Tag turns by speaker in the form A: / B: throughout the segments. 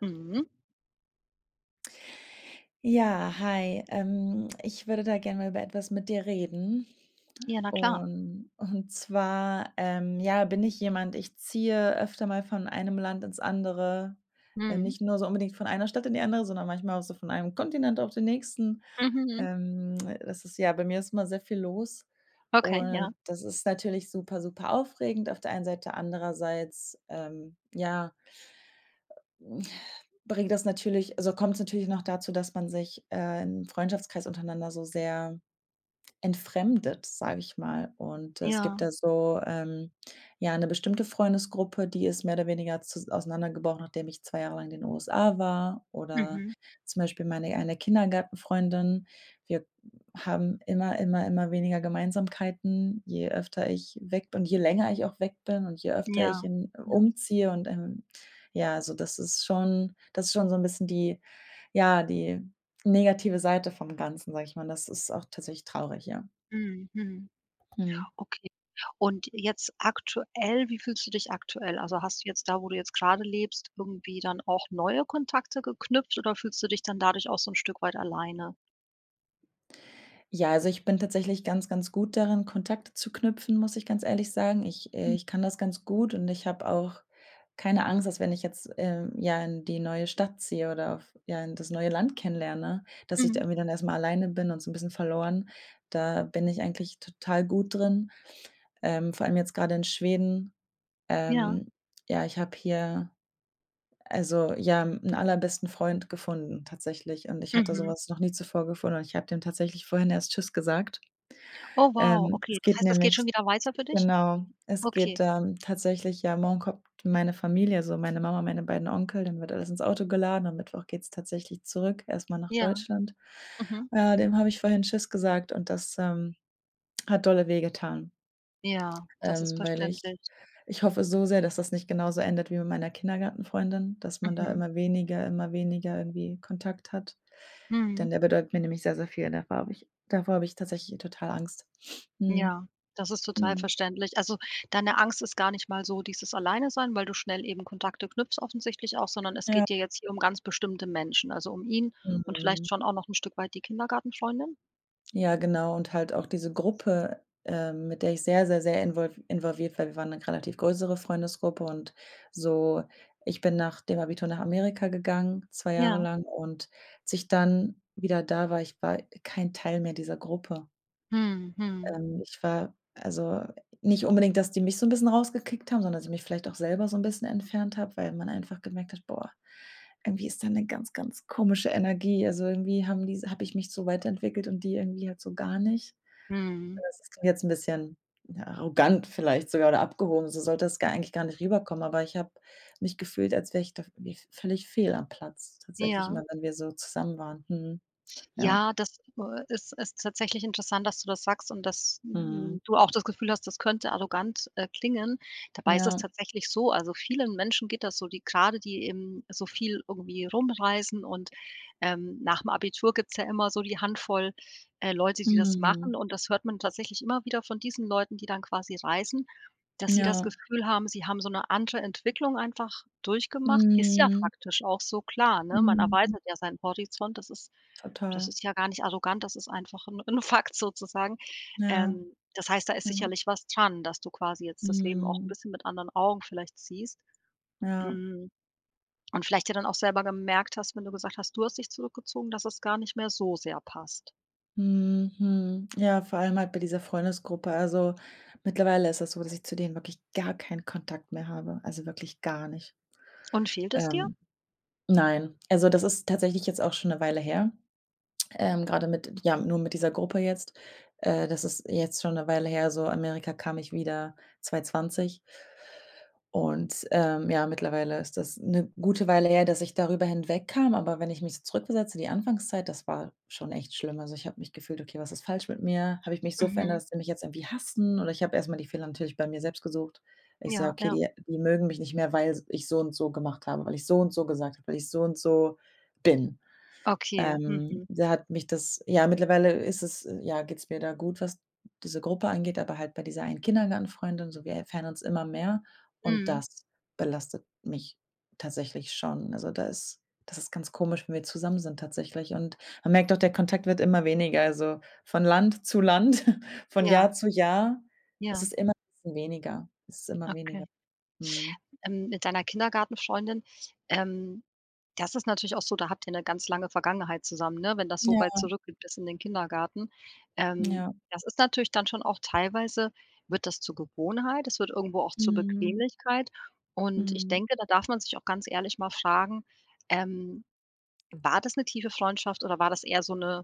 A: Mhm.
B: Ja, hi. Ich würde da gerne mal über etwas mit dir reden.
A: Ja, na klar.
B: Und zwar, ja, bin ich jemand, ich ziehe öfter mal von einem Land ins andere.
A: Mhm.
B: Nicht nur so unbedingt von einer Stadt in die andere, sondern manchmal auch so von einem Kontinent auf den nächsten.
A: Mhm.
B: Bei mir ist immer sehr viel los.
A: Okay, ja.
B: Und das ist natürlich super, super aufregend auf der einen Seite. Andererseits, ja, bringt das natürlich also kommt es natürlich noch dazu, dass man sich, im Freundschaftskreis untereinander so sehr entfremdet, sage ich mal. Und es gibt
A: Ja.
B: da so, ja, eine bestimmte Freundesgruppe, die ist mehr oder weniger zus auseinandergebrochen, nachdem ich 2 Jahre lang in den USA war. Oder
A: Mhm.
B: zum Beispiel meine eine Kindergartenfreundin: Wir haben immer, immer, immer weniger Gemeinsamkeiten, je öfter ich weg bin und je länger ich auch weg bin und je öfter ich
A: Ja.
B: in
A: Ja.
B: umziehe, und, ja, also das ist schon so ein bisschen die, ja, die negative Seite vom Ganzen, sage ich mal. Das ist auch tatsächlich traurig, ja.
A: Mhm. Mhm.
B: Mhm.
A: Okay. Und jetzt aktuell, wie fühlst du dich aktuell? Also, hast du jetzt da, wo du jetzt gerade lebst, irgendwie dann auch neue Kontakte geknüpft oder fühlst du dich dann dadurch auch so ein Stück weit alleine?
B: Ja, also ich bin tatsächlich ganz, ganz gut darin, Kontakte zu knüpfen, muss ich ganz ehrlich sagen. Ich
A: Mhm.
B: äh, ich kann das ganz gut, und ich habe auch keine Angst, dass, wenn ich jetzt, ja, in die neue Stadt ziehe oder auf ja, in das neue Land kennenlerne, dass ich da
A: Mhm.
B: irgendwie dann erst mal alleine bin und so ein bisschen verloren. Da bin ich eigentlich total gut drin, vor allem jetzt gerade in Schweden.
A: Ja.
B: Ähm, ja, ich habe hier, also, ja, einen allerbesten Freund gefunden tatsächlich, und ich hatte
A: Mhm.
B: sowas noch nie zuvor gefunden, und ich habe dem tatsächlich vorhin erst „Tschüss" gesagt.
A: Oh wow, okay.
B: Es
A: Das
B: geht
A: heißt, das geht schon
B: nämlich
A: wieder weiter für dich?
B: genau, es geht,
A: Okay.
B: tatsächlich, ja, morgen kommt meine Familie, so meine Mama, meine beiden Onkel, dann wird alles ins Auto geladen. Am Mittwoch geht's tatsächlich zurück, erstmal nach
A: Ja.
B: Deutschland.
A: Mhm.
B: Ja, dem habe ich vorhin tschüss gesagt, und das, hat dolle wehgetan,
A: Ja, das ist
B: weil ich
A: verständlich.
B: ich hoffe so sehr, dass das nicht genauso endet wie mit meiner Kindergartenfreundin, dass man da
A: Mhm.
B: immer weniger, immer weniger irgendwie Kontakt hat,
A: Mhm.
B: denn der bedeutet mir nämlich sehr, sehr viel. Davor habe ich tatsächlich total Angst. Mhm,
A: Ja, das ist total
B: mhm.
A: verständlich. Also, deine Angst ist gar nicht mal so dieses Alleinesein, weil du schnell eben Kontakte knüpfst offensichtlich auch, sondern es
B: Ja.
A: geht dir jetzt hier um ganz bestimmte Menschen, also um ihn und vielleicht
B: Mhm.
A: schon auch noch ein Stück weit die Kindergartenfreundin?
B: Ja, genau, und halt auch diese Gruppe, mit der ich sehr, sehr, sehr involviert war. Wir waren eine relativ größere Freundesgruppe, und so, ich bin nach dem Abitur nach Amerika gegangen, 2 Jahre
A: Ja.
B: lang, und als ich dann wieder da war, ich war kein Teil mehr dieser Gruppe.
A: Mhm, mhm,
B: Ich war also, nicht unbedingt, dass die mich so 'n bisschen rausgekickt haben, sondern dass ich mich vielleicht auch selber so 'n bisschen entfernt habe, weil man einfach gemerkt hat: „Boah, irgendwie ist da 'ne ganz, ganz komische Energie." Also, irgendwie habe ich mich so weiterentwickelt und die irgendwie halt so gar nicht.
A: mhm.
B: Das ist jetzt 'n bisschen, ja, arrogant vielleicht sogar, oder abgehoben, so sollte das gar eigentlich gar nicht rüberkommen, aber ich habe mich gefühlt, als wäre ich da irgendwie völlig fehl am Platz tatsächlich,
A: Ja.
B: immer wenn wir so zusammen waren. Mhm. Ja.
A: Ja, das, ist tatsächlich interessant, dass du das sagst und dass,
B: Mhm.
A: hm, du auch das Gefühl hast, das könnte arrogant, klingen. Dabei ist es
B: Ja.
A: tatsächlich so, also vielen Menschen geht das so, die gerade, die eben so viel irgendwie rumreisen und, nach dem Abitur gibt's ja immer so die Handvoll, Leute, die das machen
B: Mhm.
A: und das hört man tatsächlich immer wieder von diesen Leuten, die dann quasi reisen, dass sie das
B: Ja.
A: Gefühl haben, sie haben so eine andere Entwicklung einfach durchgemacht. Ist ja
B: Mhm.
A: faktisch auch so, klar, ne? Man
B: Mhm.
A: erweitert ja seinen Horizont, das ist das
B: Total.
A: ist ja gar nicht arrogant, das ist einfach 'n Fakt sozusagen.
B: Ja,
A: Ähm, Das heißt, da ist
B: ja.
A: sicherlich was dran, dass du quasi jetzt das Leben auch 'n
B: Mhm.
A: bisschen mit anderen Augen vielleicht siehst.
B: Ja.
A: Hm, und vielleicht ja dann auch selber gemerkt hast, wenn du gesagt hast, du hast dich zurückgezogen, dass es gar nicht mehr so sehr passt.
B: Mhm. Ja, vor allem halt bei dieser Freundesgruppe. Also, mittlerweile ist das so, dass ich zu denen wirklich gar keinen Kontakt mehr habe, also wirklich gar nicht.
A: Und fehlt es dir?
B: Ähm, nein, also das ist tatsächlich jetzt auch schon eine Weile her, grade mit ja, nur mit dieser Gruppe jetzt. Das ist jetzt schon eine Weile her, so, Amerika kam ich wieder 2020. Und, ja, mittlerweile ist das eine gute Weile her, dass ich darüber hinwegkam, aber wenn ich mich so zurückversetze, die Anfangszeit, das war schon echt schlimm. Also, ich habe mich gefühlt: „Okay, was ist falsch mit mir? Habe ich mich so verändert,
A: Mhm.
B: dass die mich jetzt irgendwie hassen?" Oder ich habe erst mal die Fehler natürlich bei mir selbst gesucht. Ich sehe:
A: Ja,
B: „Okay,
A: ja.
B: die mögen mich nicht mehr, weil ich so und so gemacht habe, weil ich so und so gesagt habe, weil ich so und so bin."
A: Okay. Mhm.
B: Da hat mich das ja, Mittlerweile ist es ja, geht's mir da gut, was diese Gruppe angeht, aber halt bei dieser einen Kindergartenfreundin, so, wir entfernen uns immer mehr, und
A: Mhm.
B: das belastet mich tatsächlich schon. Also, da ist, das ist ganz komisch, wenn wir zusammen sind tatsächlich, und man merkt auch, der Kontakt wird immer weniger. Also, von Land zu Land, von Jahr
A: Ja,
B: zu Jahr ist
A: ja.
B: es immer 'n bisschen weniger. Es ist immer weniger.
A: Okay.
B: Mhm.
A: Mit deiner Kindergartenfreundin, ähm, das ist natürlich auch so, da habt ihr eine ganz lange Vergangenheit zusammen, ne, wenn das so
B: Ja,
A: weit zurückgeht bis in den Kindergarten. Ähm,
B: ja.
A: das ist natürlich dann schon auch teilweise wird das zur Gewohnheit, es wird irgendwo auch zur
B: Mhm.
A: Bequemlichkeit. Und ich
B: Mhm.
A: denke, da darf man sich auch ganz ehrlich mal fragen, ähm, war das eine tiefe Freundschaft oder war das eher so eine?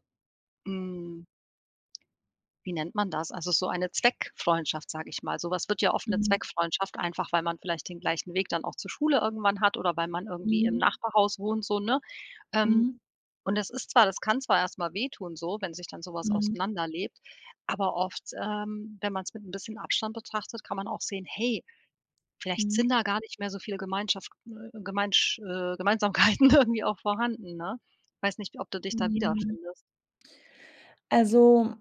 A: Hm, wie nennt man das? Also, so eine Zweckfreundschaft, sage ich mal. So was wird ja oft eine
B: Mhm.
A: Zweckfreundschaft, einfach weil man vielleicht den gleichen Weg dann auch zur Schule irgendwann hat oder weil man irgendwie im
B: Mhm.
A: Nachbarhaus wohnt, so, ne? Ähm,
B: Mhm.
A: und das kann zwar erst mal wehtun so, wenn sich dann sowas
B: Mhm.
A: auseinanderlebt, aber oft, wenn man es mit ein bisschen Abstand betrachtet, kann man auch sehen: „Hey, vielleicht sind
B: Mhm.
A: da gar nicht mehr so viele Gemeinschaft Gemeinsch Gemeinsamkeiten irgendwie auch vorhanden“, ne? Weiß nicht, ob du dich da
B: Hm,
A: wiederfindest.
B: also,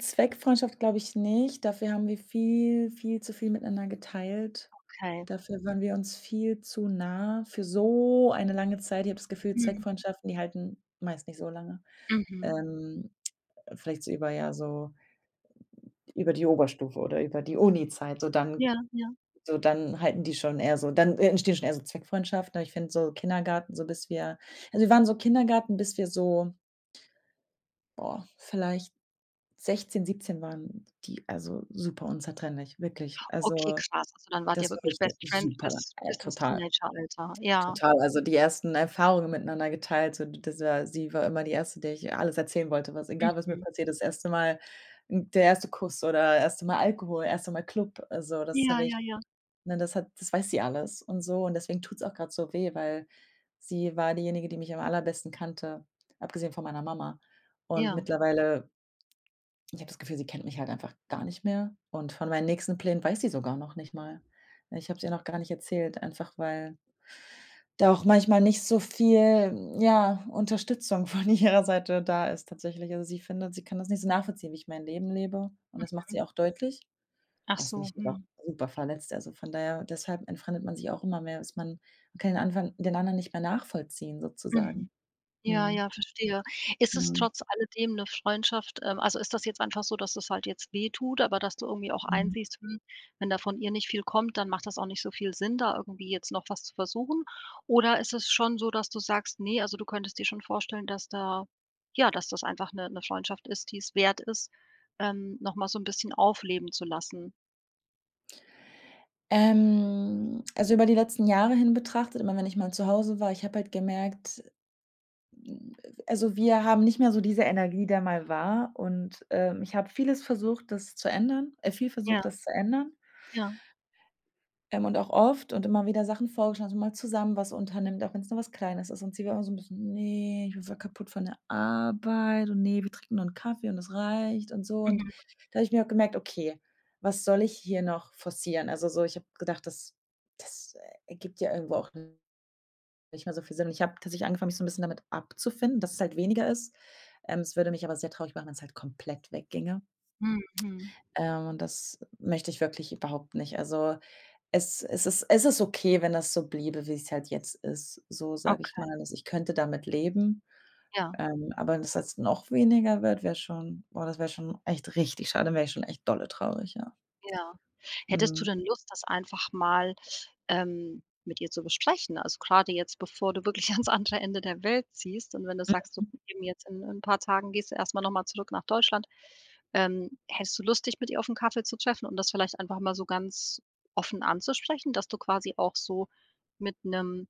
B: Zweckfreundschaft, glaube ich, nicht. Dafür haben wir viel, viel zu viel miteinander geteilt.
A: Okay.
B: Dafür waren wir uns viel zu nah für so eine lange Zeit. Ich habe das Gefühl,
A: Mhm.
B: Zweckfreundschaften, die halten meist nicht so lange.
A: Mhm.
B: Ähm, Vielleicht so über, ja, so über die Oberstufe oder über die Uni Zeit, so dann,
A: Ja, ja.
B: halten die schon eher, so dann entstehen schon eher so Zweckfreundschaften. Aber ich finde, so Kindergarten, so bis wir also, wir waren so Kindergarten, bis wir so, boah, vielleicht 16, 17 waren, die, also, super unzertrennlich, wirklich.
A: Okay,
B: Also,
A: krass. Also, dann wart ihr
B: das war
A: wirklich
B: wirklich 'ne
A: Best Friends
B: super,
A: bis bis ins
B: total,
A: Teenageralter. Ja.
B: total. Also, die ersten Erfahrungen miteinander geteilt, so, d das war, sie war immer die Erste, der ich alles erzählen wollte, was egal was mir
A: Mhm.
B: passiert ist. Erste Mal, n der erste Kuss oder erste Mal Alkohol, erste Mal Club. Also, das
A: Ja,
B: habe
A: ja,
B: ich
A: ja.
B: ne, das hat, das weiß sie alles und so, und deswegen tut's auch grad so weh, weil sie war diejenige, die mich am allerbesten kannte, abgesehen von meiner Mama. Und
A: Ja.
B: mittlerweile, ich habe das Gefühl, sie kennt mich halt einfach gar nicht mehr, und von meinen nächsten Plänen weiß sie sogar noch nicht mal. Ich habe es ihr noch gar nicht erzählt, einfach weil da auch manchmal nicht so viel, ja, Unterstützung von ihrer Seite da ist tatsächlich. Also, sie findet, sie kann das nicht so nachvollziehen, wie ich mein Leben lebe, und das macht
A: Mhm.
B: sie auch deutlich,
A: Ach
B: was mich
A: so.
B: auch
A: Mhm.
B: super verletzt. Also, von daher, deshalb entfremdet man sich auch immer mehr, dass man kann den anderen nicht mehr nachvollziehen, sozusagen.
A: Mhm. Ja,
B: Mhm.
A: ja, verstehe. Ist es
B: Mhm.
A: trotz alledem 'ne Freundschaft also, ist das jetzt einfach so, dass es halt jetzt wehtut, aber dass du irgendwie auch
B: Mhm.
A: einsiehst, hm, wenn da von ihr nicht viel kommt, dann macht das auch nicht so viel Sinn, da irgendwie jetzt noch was zu versuchen? Oder ist es schon so, dass du sagst: „Ne, also, du könntest dir schon vorstellen, dass da ja, dass das einfach 'ne Freundschaft ist, die es wert ist, noch mal so 'n bisschen aufleben zu lassen?“
B: Also, über die letzten Jahre hin betrachtet, immer wenn ich mal zu Hause war, ich habe halt gemerkt, hm, also, wir haben nicht mehr so diese Energie, der mal war, und, ich habe vieles versucht, das zu ändern, viel
A: Ja,
B: versucht, das zu ändern.
A: ja.
B: Und auch oft und immer wieder Sachen vorgeschlagen, dass man mal zusammen was unternimmt, auch wenn es nur was Kleines ist. Und sie war immer so ein bisschen: „Nee, ich bin voll kaputt von der Arbeit, und nee, wir trinken nur einen Kaffee, und das reicht" und so. Und
A: Mhm.
B: da habe ich mir auch gemerkt: „Okay, was soll ich hier noch forcieren?" Also, so, ich habe gedacht, das das ergibt ja irgendwo auch nicht mehr so viel Sinn. Und ich habe tatsächlich angefangen, mich so ein bisschen damit abzufinden, dass es halt weniger ist. Es würde mich aber sehr traurig machen, wenn es halt komplett wegginge.
A: Mhm.
B: Und das möchte ich wirklich überhaupt nicht. Also es ist okay, wenn das so bliebe, wie es halt jetzt ist, so sage ich
A: Okay.
B: mal. Also, ich könnte damit leben,
A: Ja,
B: aber wenn das jetzt noch weniger wird, wäre schon, boah, das wäre schon echt richtig schade, dann wäre ich schon echt dolle traurig, ja.
A: ja. Hättest du
B: Mhm.
A: denn Lust, das einfach mal, mit ihr zu besprechen? Also, gerade jetzt, bevor du wirklich ans andere Ende der Welt ziehst und wenn du sagst, du eben jetzt in 'n paar Tagen gehst du erst mal noch mal zurück nach Deutschland, hättest du Lust, dich mit ihr auf einen Kaffee zu treffen und das vielleicht einfach mal so ganz offen anzusprechen, dass du quasi auch so mit einem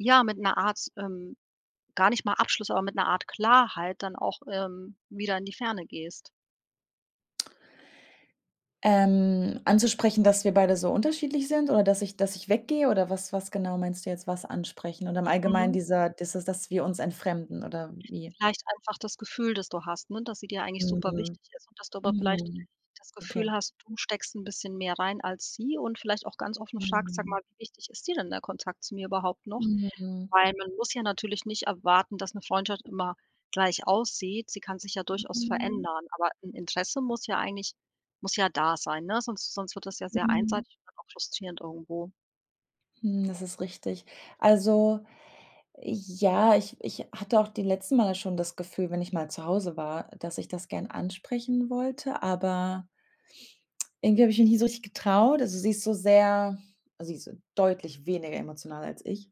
A: ja, mit einer Art, gar nicht mal Abschluss, aber mit einer Art Klarheit dann auch, wieder in die Ferne gehst?
B: Anzusprechen, dass wir beide so unterschiedlich sind, oder dass ich weggehe, oder was genau meinst du jetzt, was ansprechen und im Allgemeinen dieser, dass wir uns entfremden, oder wie?
A: Vielleicht einfach das Gefühl, das du hast, ne, dass sie dir eigentlich super
B: Mhm.
A: wichtig ist und dass du aber vielleicht
B: Mhm.
A: das Gefühl
B: Okay.
A: hast, du steckst 'n bisschen mehr rein als sie und vielleicht auch ganz offen fragst: „Sag
B: Mhm.
A: mal, wie wichtig ist dir denn der Kontakt zu mir überhaupt noch?“
B: Mhm.
A: Weil man muss ja natürlich nicht erwarten, dass 'ne Freundschaft immer gleich aussieht. Sie kann sich ja durchaus
B: Mhm.
A: verändern, aber 'n Interesse muss ja eigentlich muss ja da sein, ne? Sonst wird das ja sehr
B: Mhm.
A: einseitig und dann auch frustrierend irgendwo.
B: Hm, das ist richtig. Also, ja, ich hatte auch die letzten Male schon das Gefühl, wenn ich mal zu Hause war, dass ich das gern ansprechen wollte, aber irgendwie habe ich mich nie so richtig getraut. Also, sie ist so sehr also, sie ist so deutlich weniger emotional als ich.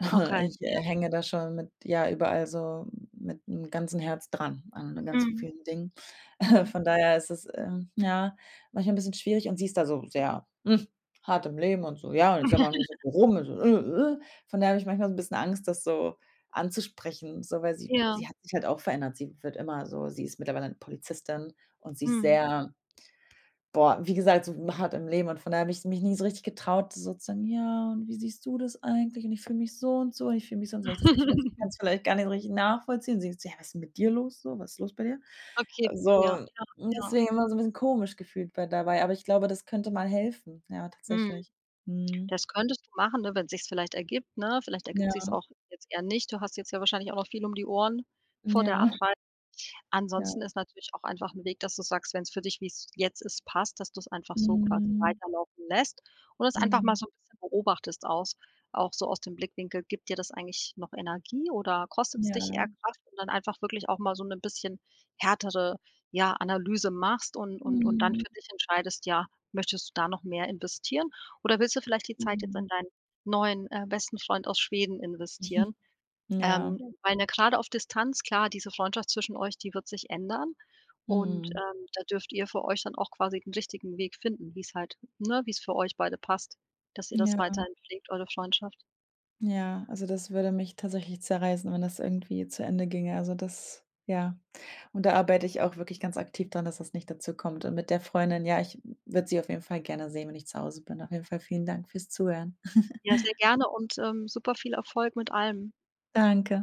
A: Okay.
B: Ich,
A: Ja.
B: hänge da schon, mit, ja, überall so mit 'nem ganzen Herz dran, an ganz
A: Mhm.
B: vielen Dingen.
A: Mhm.
B: Von daher ist es, ja, manchmal ein bisschen schwierig, und sie ist da so sehr, hart im Leben und so, ja, und jetzt jammern nicht so viel rum, und so, äh. Von daher habe ich manchmal so ein bisschen Angst, das so anzusprechen, so, weil
A: Ja.
B: sie hat sich halt auch verändert. Sie wird immer so sie ist mittlerweile eine Polizistin, und sie ist
A: Mhm.
B: sehr, boah, wie gesagt, so hart im Leben, und von daher habe ich mich nie so richtig getraut, sozusagen: „Ja, und wie siehst du das eigentlich? Und ich fühle mich so und so, und ich fühle mich so und so." Weil ich das Gefühl habe, sie kann's vielleicht gar nicht so richtig nachvollziehen. Und sie so: „Ja, was ist denn mit dir los, so? Was ist los bei dir?"
A: Okay, verstehe.
B: So,
A: Ja, ja.
B: deswegen immer so ein bisschen komisch gefühlt bei dabei, aber ich glaube, das könnte mal helfen. Ja,
A: Mhm.
B: tatsächlich. Mhm.
A: Das könntest du machen, ne, wenn sich's vielleicht ergibt, ne? Vielleicht ergibt
B: Ja,
A: sich's auch jetzt eher nicht. Du hast jetzt ja wahrscheinlich auch noch viel um die Ohren vor der
B: ja,
A: Abreise.
B: ja.
A: Ansonsten ist natürlich auch einfach 'n Weg, dass du sagst, wenn's für dich, wie's jetzt ist, passt, dass du's einfach so quasi
B: Mhm,
A: weiterlaufen lässt und es einfach mal
B: mhm,
A: so 'n bisschen beobachtest aus auch so aus dem Blickwinkel, gibt dir das eigentlich noch Energie oder kostet's dich
B: ja.
A: eher Kraft? Und dann einfach wirklich auch mal so 'ne bisschen härtere, ja, Analyse machst und dann
B: Mhm,
A: für dich entscheidest, ja, möchtest du da noch mehr investieren oder willst du vielleicht die Zeit jetzt
B: mhm.
A: in deinen neuen, besten Freund aus Schweden investieren?
B: Ja,
A: Ja. Weil, ne, gerade auf Distanz, klar, diese Freundschaft zwischen euch, die wird sich ändern und,
B: mhm,
A: da dürft ihr für euch dann auch quasi den richtigen Weg finden, wie es halt ne, wie es für euch beide passt, dass ihr das
B: ja.
A: weiterhin pflegt, eure Freundschaft.
B: Ja, also das würde mich tatsächlich zerreißen, wenn das irgendwie zu Ende ginge. Also das, ja. Und da arbeite ich auch wirklich ganz aktiv dran, dass das nicht dazu kommt. Und mit der Freundin, ja, ich würde sie auf jeden Fall gerne sehen, wenn ich zu Hause bin. Auf jeden Fall vielen Dank fürs Zuhören.
A: Ja, sehr gerne und, super viel Erfolg mit allem.
B: Danke.